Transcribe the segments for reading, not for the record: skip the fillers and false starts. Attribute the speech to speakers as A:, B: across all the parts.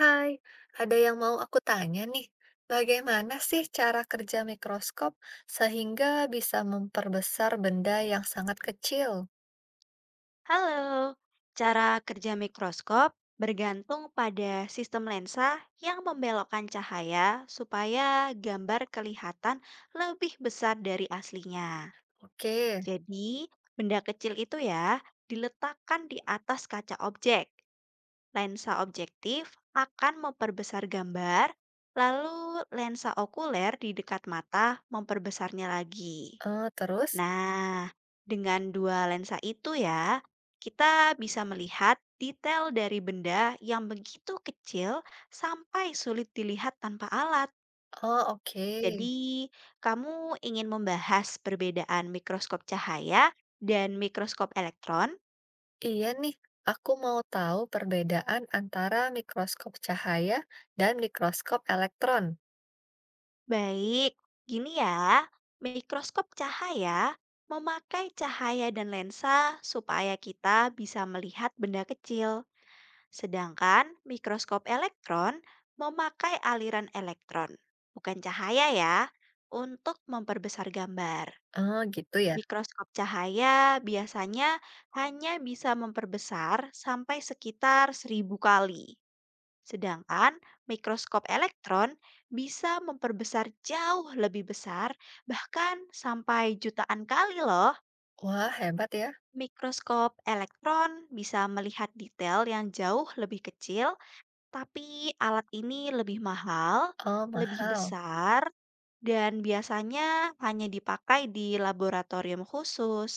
A: Hai, ada yang mau aku tanya nih. Bagaimana sih cara kerja mikroskop sehingga bisa memperbesar benda yang sangat kecil?
B: Halo, cara kerja mikroskop bergantung pada sistem lensa yang membelokkan cahaya supaya gambar kelihatan lebih besar dari aslinya.
A: Oke,
B: Jadi, benda kecil itu ya diletakkan di atas kaca objek. Lensa objektif akan memperbesar gambar, lalu lensa okuler di dekat mata memperbesarnya lagi.
A: eh, terus?
B: Nah, dengan dua lensa itu ya, kita bisa melihat detail dari benda yang begitu kecil sampai sulit dilihat tanpa alat.
A: Oh, oke.
B: Jadi, kamu ingin membahas perbedaan mikroskop cahaya dan mikroskop elektron?
A: Iya nih, aku mau tahu perbedaan antara mikroskop cahaya dan mikroskop elektron.
B: Baik, gini ya. Mikroskop cahaya memakai cahaya dan lensa supaya kita bisa melihat benda kecil. Sedangkan mikroskop elektron memakai aliran elektron, bukan cahaya ya, untuk memperbesar gambar.
A: Oh, gitu ya.
B: Mikroskop cahaya biasanya hanya bisa memperbesar sampai sekitar 1.000 kali. Sedangkan mikroskop elektron bisa memperbesar jauh lebih besar, bahkan sampai jutaan kali loh.
A: Wah, hebat ya.
B: Mikroskop elektron bisa melihat detail yang jauh lebih kecil, tapi alat ini lebih mahal,
A: Oh,
B: lebih
A: mahal.
B: besar, dan biasanya hanya dipakai di laboratorium khusus.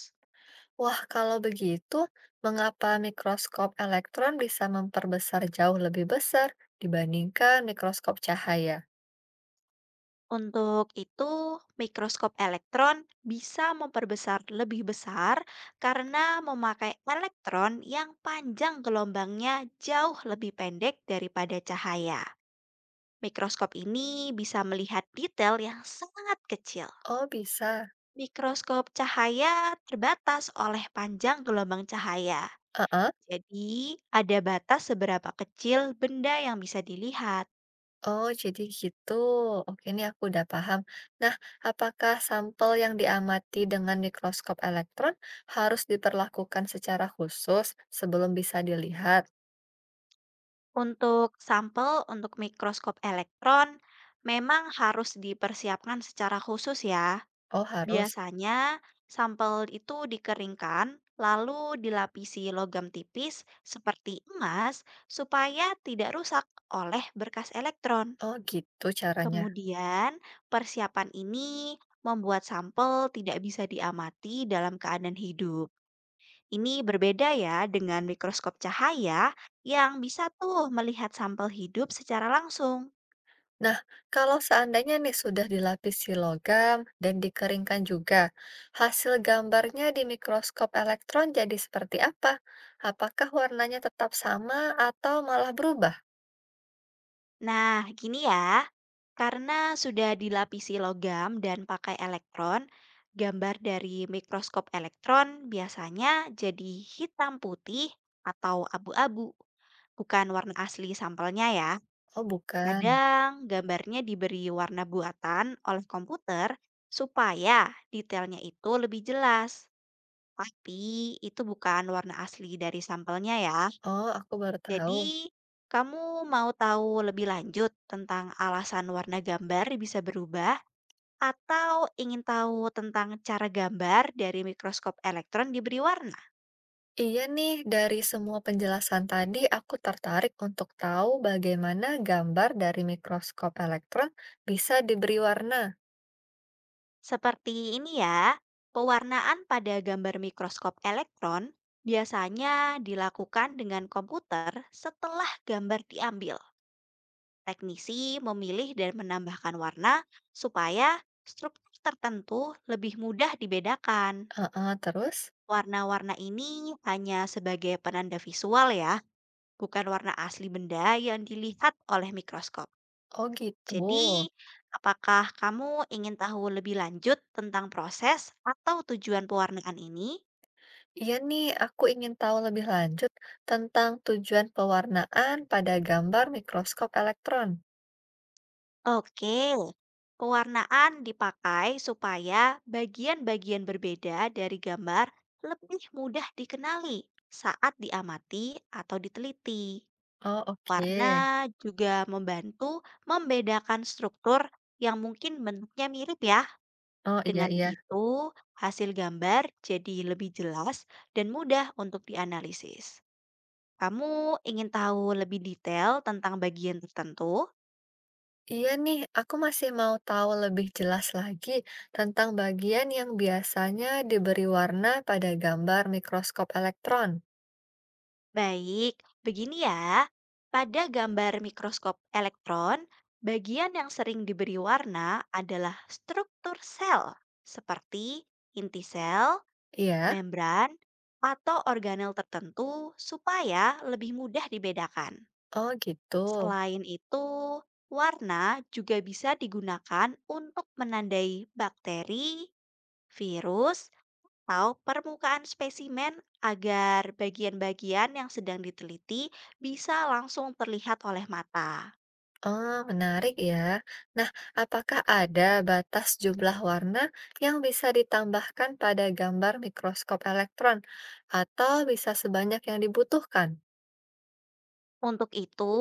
A: Wah, kalau begitu, mengapa mikroskop elektron bisa memperbesar jauh lebih besar dibandingkan mikroskop cahaya?
B: Untuk itu, mikroskop elektron bisa memperbesar lebih besar karena memakai elektron yang panjang gelombangnya jauh lebih pendek daripada cahaya. Mikroskop ini bisa melihat detail yang sangat kecil.
A: Oh, bisa.
B: Mikroskop cahaya terbatas oleh panjang gelombang cahaya.
A: Heeh.
B: Jadi, ada batas seberapa kecil benda yang bisa dilihat.
A: Oh, jadi gitu. Oke, ini aku udah paham. Nah, apakah sampel yang diamati dengan mikroskop elektron harus diperlakukan secara khusus sebelum bisa dilihat?
B: Untuk sampel mikroskop elektron, memang harus dipersiapkan secara khusus ya.
A: Oh, harus.
B: Biasanya, sampel itu dikeringkan, lalu dilapisi logam tipis seperti emas supaya tidak rusak oleh berkas elektron.
A: Oh, gitu caranya.
B: Kemudian, persiapan ini membuat sampel tidak bisa diamati dalam keadaan hidup. Ini berbeda ya dengan mikroskop cahaya yang bisa tuh melihat sampel hidup secara langsung.
A: Nah, kalau seandainya nih sudah dilapisi logam dan dikeringkan juga, hasil gambarnya di mikroskop elektron jadi seperti apa? Apakah warnanya tetap sama atau malah berubah?
B: Nah, gini ya, karena sudah dilapisi logam dan pakai elektron, gambar dari mikroskop elektron biasanya jadi hitam putih atau abu-abu, bukan warna asli sampelnya ya.
A: Oh, bukan.
B: Kadang gambarnya diberi warna buatan oleh komputer supaya detailnya itu lebih jelas. Tapi itu bukan warna asli dari sampelnya ya.
A: Oh, aku baru tahu.
B: Jadi, kamu mau tahu lebih lanjut tentang alasan warna gambar bisa berubah atau ingin tahu tentang cara gambar dari mikroskop elektron diberi warna?
A: Iya nih, dari semua penjelasan tadi aku tertarik untuk tahu bagaimana gambar dari mikroskop elektron bisa diberi warna.
B: Seperti ini ya, pewarnaan pada gambar mikroskop elektron biasanya dilakukan dengan komputer setelah gambar diambil. Teknisi memilih dan menambahkan warna supaya struktur tertentu lebih mudah dibedakan.
A: Heeh, terus?
B: Warna-warna ini hanya sebagai penanda visual ya, bukan warna asli benda yang dilihat oleh mikroskop.
A: Oh, gitu.
B: Jadi, apakah kamu ingin tahu lebih lanjut tentang proses atau tujuan pewarnaan ini?
A: Iya nih, aku ingin tahu lebih lanjut tentang tujuan pewarnaan pada gambar mikroskop elektron.
B: Oke, pewarnaan dipakai supaya bagian-bagian berbeda dari gambar lebih mudah dikenali saat diamati atau diteliti.
A: Oh, oke.
B: Warna juga membantu membedakan struktur yang mungkin bentuknya mirip ya.
A: Oh, iya,
B: Dengan
A: iya.
B: begitu, hasil gambar jadi lebih jelas dan mudah untuk dianalisis. Kamu ingin tahu lebih detail tentang bagian tertentu?
A: Iya nih, aku masih mau tahu lebih jelas lagi tentang bagian yang biasanya diberi warna pada gambar mikroskop elektron.
B: Baik, begini ya. Pada gambar mikroskop elektron, bagian yang sering diberi warna adalah struktur sel, seperti inti sel,
A: Iya?
B: membran, atau organel tertentu supaya lebih mudah dibedakan.
A: Oh, gitu.
B: Selain itu, warna juga bisa digunakan untuk menandai bakteri, virus, atau permukaan spesimen agar bagian-bagian yang sedang diteliti bisa langsung terlihat oleh mata.
A: Oh, menarik ya. Nah, apakah ada batas jumlah warna yang bisa ditambahkan pada gambar mikroskop elektron atau bisa sebanyak yang dibutuhkan?
B: Untuk itu,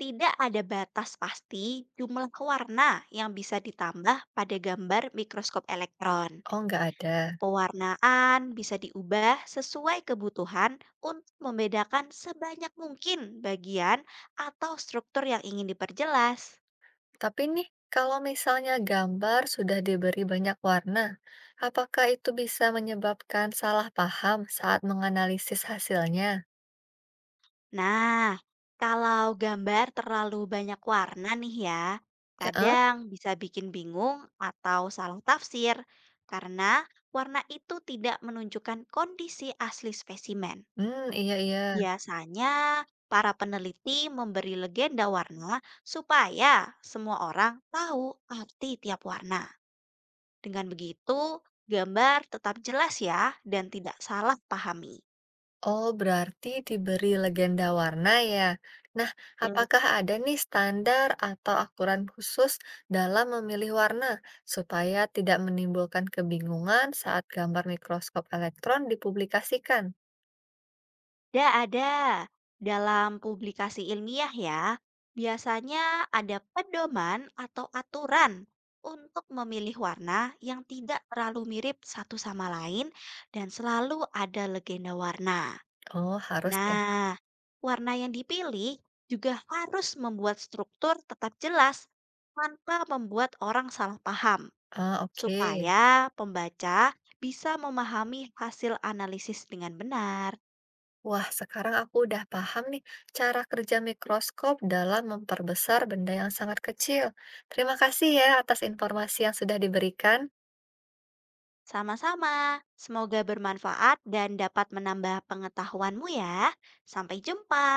B: tidak ada batas pasti jumlah warna yang bisa ditambah pada gambar mikroskop elektron.
A: Oh, nggak ada.
B: Pewarnaan bisa diubah sesuai kebutuhan untuk membedakan sebanyak mungkin bagian atau struktur yang ingin diperjelas.
A: Tapi nih, kalau misalnya gambar sudah diberi banyak warna, apakah itu bisa menyebabkan salah paham saat menganalisis hasilnya?
B: Nah, kalau gambar terlalu banyak warna nih ya,
A: Ya, eh?
B: kadang bisa bikin bingung atau salah tafsir karena warna itu tidak menunjukkan kondisi asli spesimen.
A: Hmm, iya iya.
B: Biasanya, para peneliti memberi legenda warna supaya semua orang tahu arti tiap warna. Dengan begitu, gambar tetap jelas ya dan tidak salah pahami.
A: Oh, berarti diberi legenda warna ya. Nah, apakah ada nih standar atau aturan khusus dalam memilih warna supaya tidak menimbulkan kebingungan saat gambar mikroskop elektron dipublikasikan?
B: Ada, ada. Dalam publikasi ilmiah ya, biasanya ada pedoman atau aturan untuk memilih warna yang tidak terlalu mirip satu sama lain dan selalu ada legenda warna.
A: Oh, harus ya.
B: Nah, warna yang dipilih juga harus membuat struktur tetap jelas tanpa membuat orang salah paham,
A: Ah, oke.
B: supaya pembaca bisa memahami hasil analisis dengan benar.
A: Wah, sekarang aku udah paham nih cara kerja mikroskop dalam memperbesar benda yang sangat kecil. Terima kasih ya atas informasi yang sudah diberikan.
B: Sama-sama, semoga bermanfaat dan dapat menambah pengetahuanmu ya. Sampai jumpa.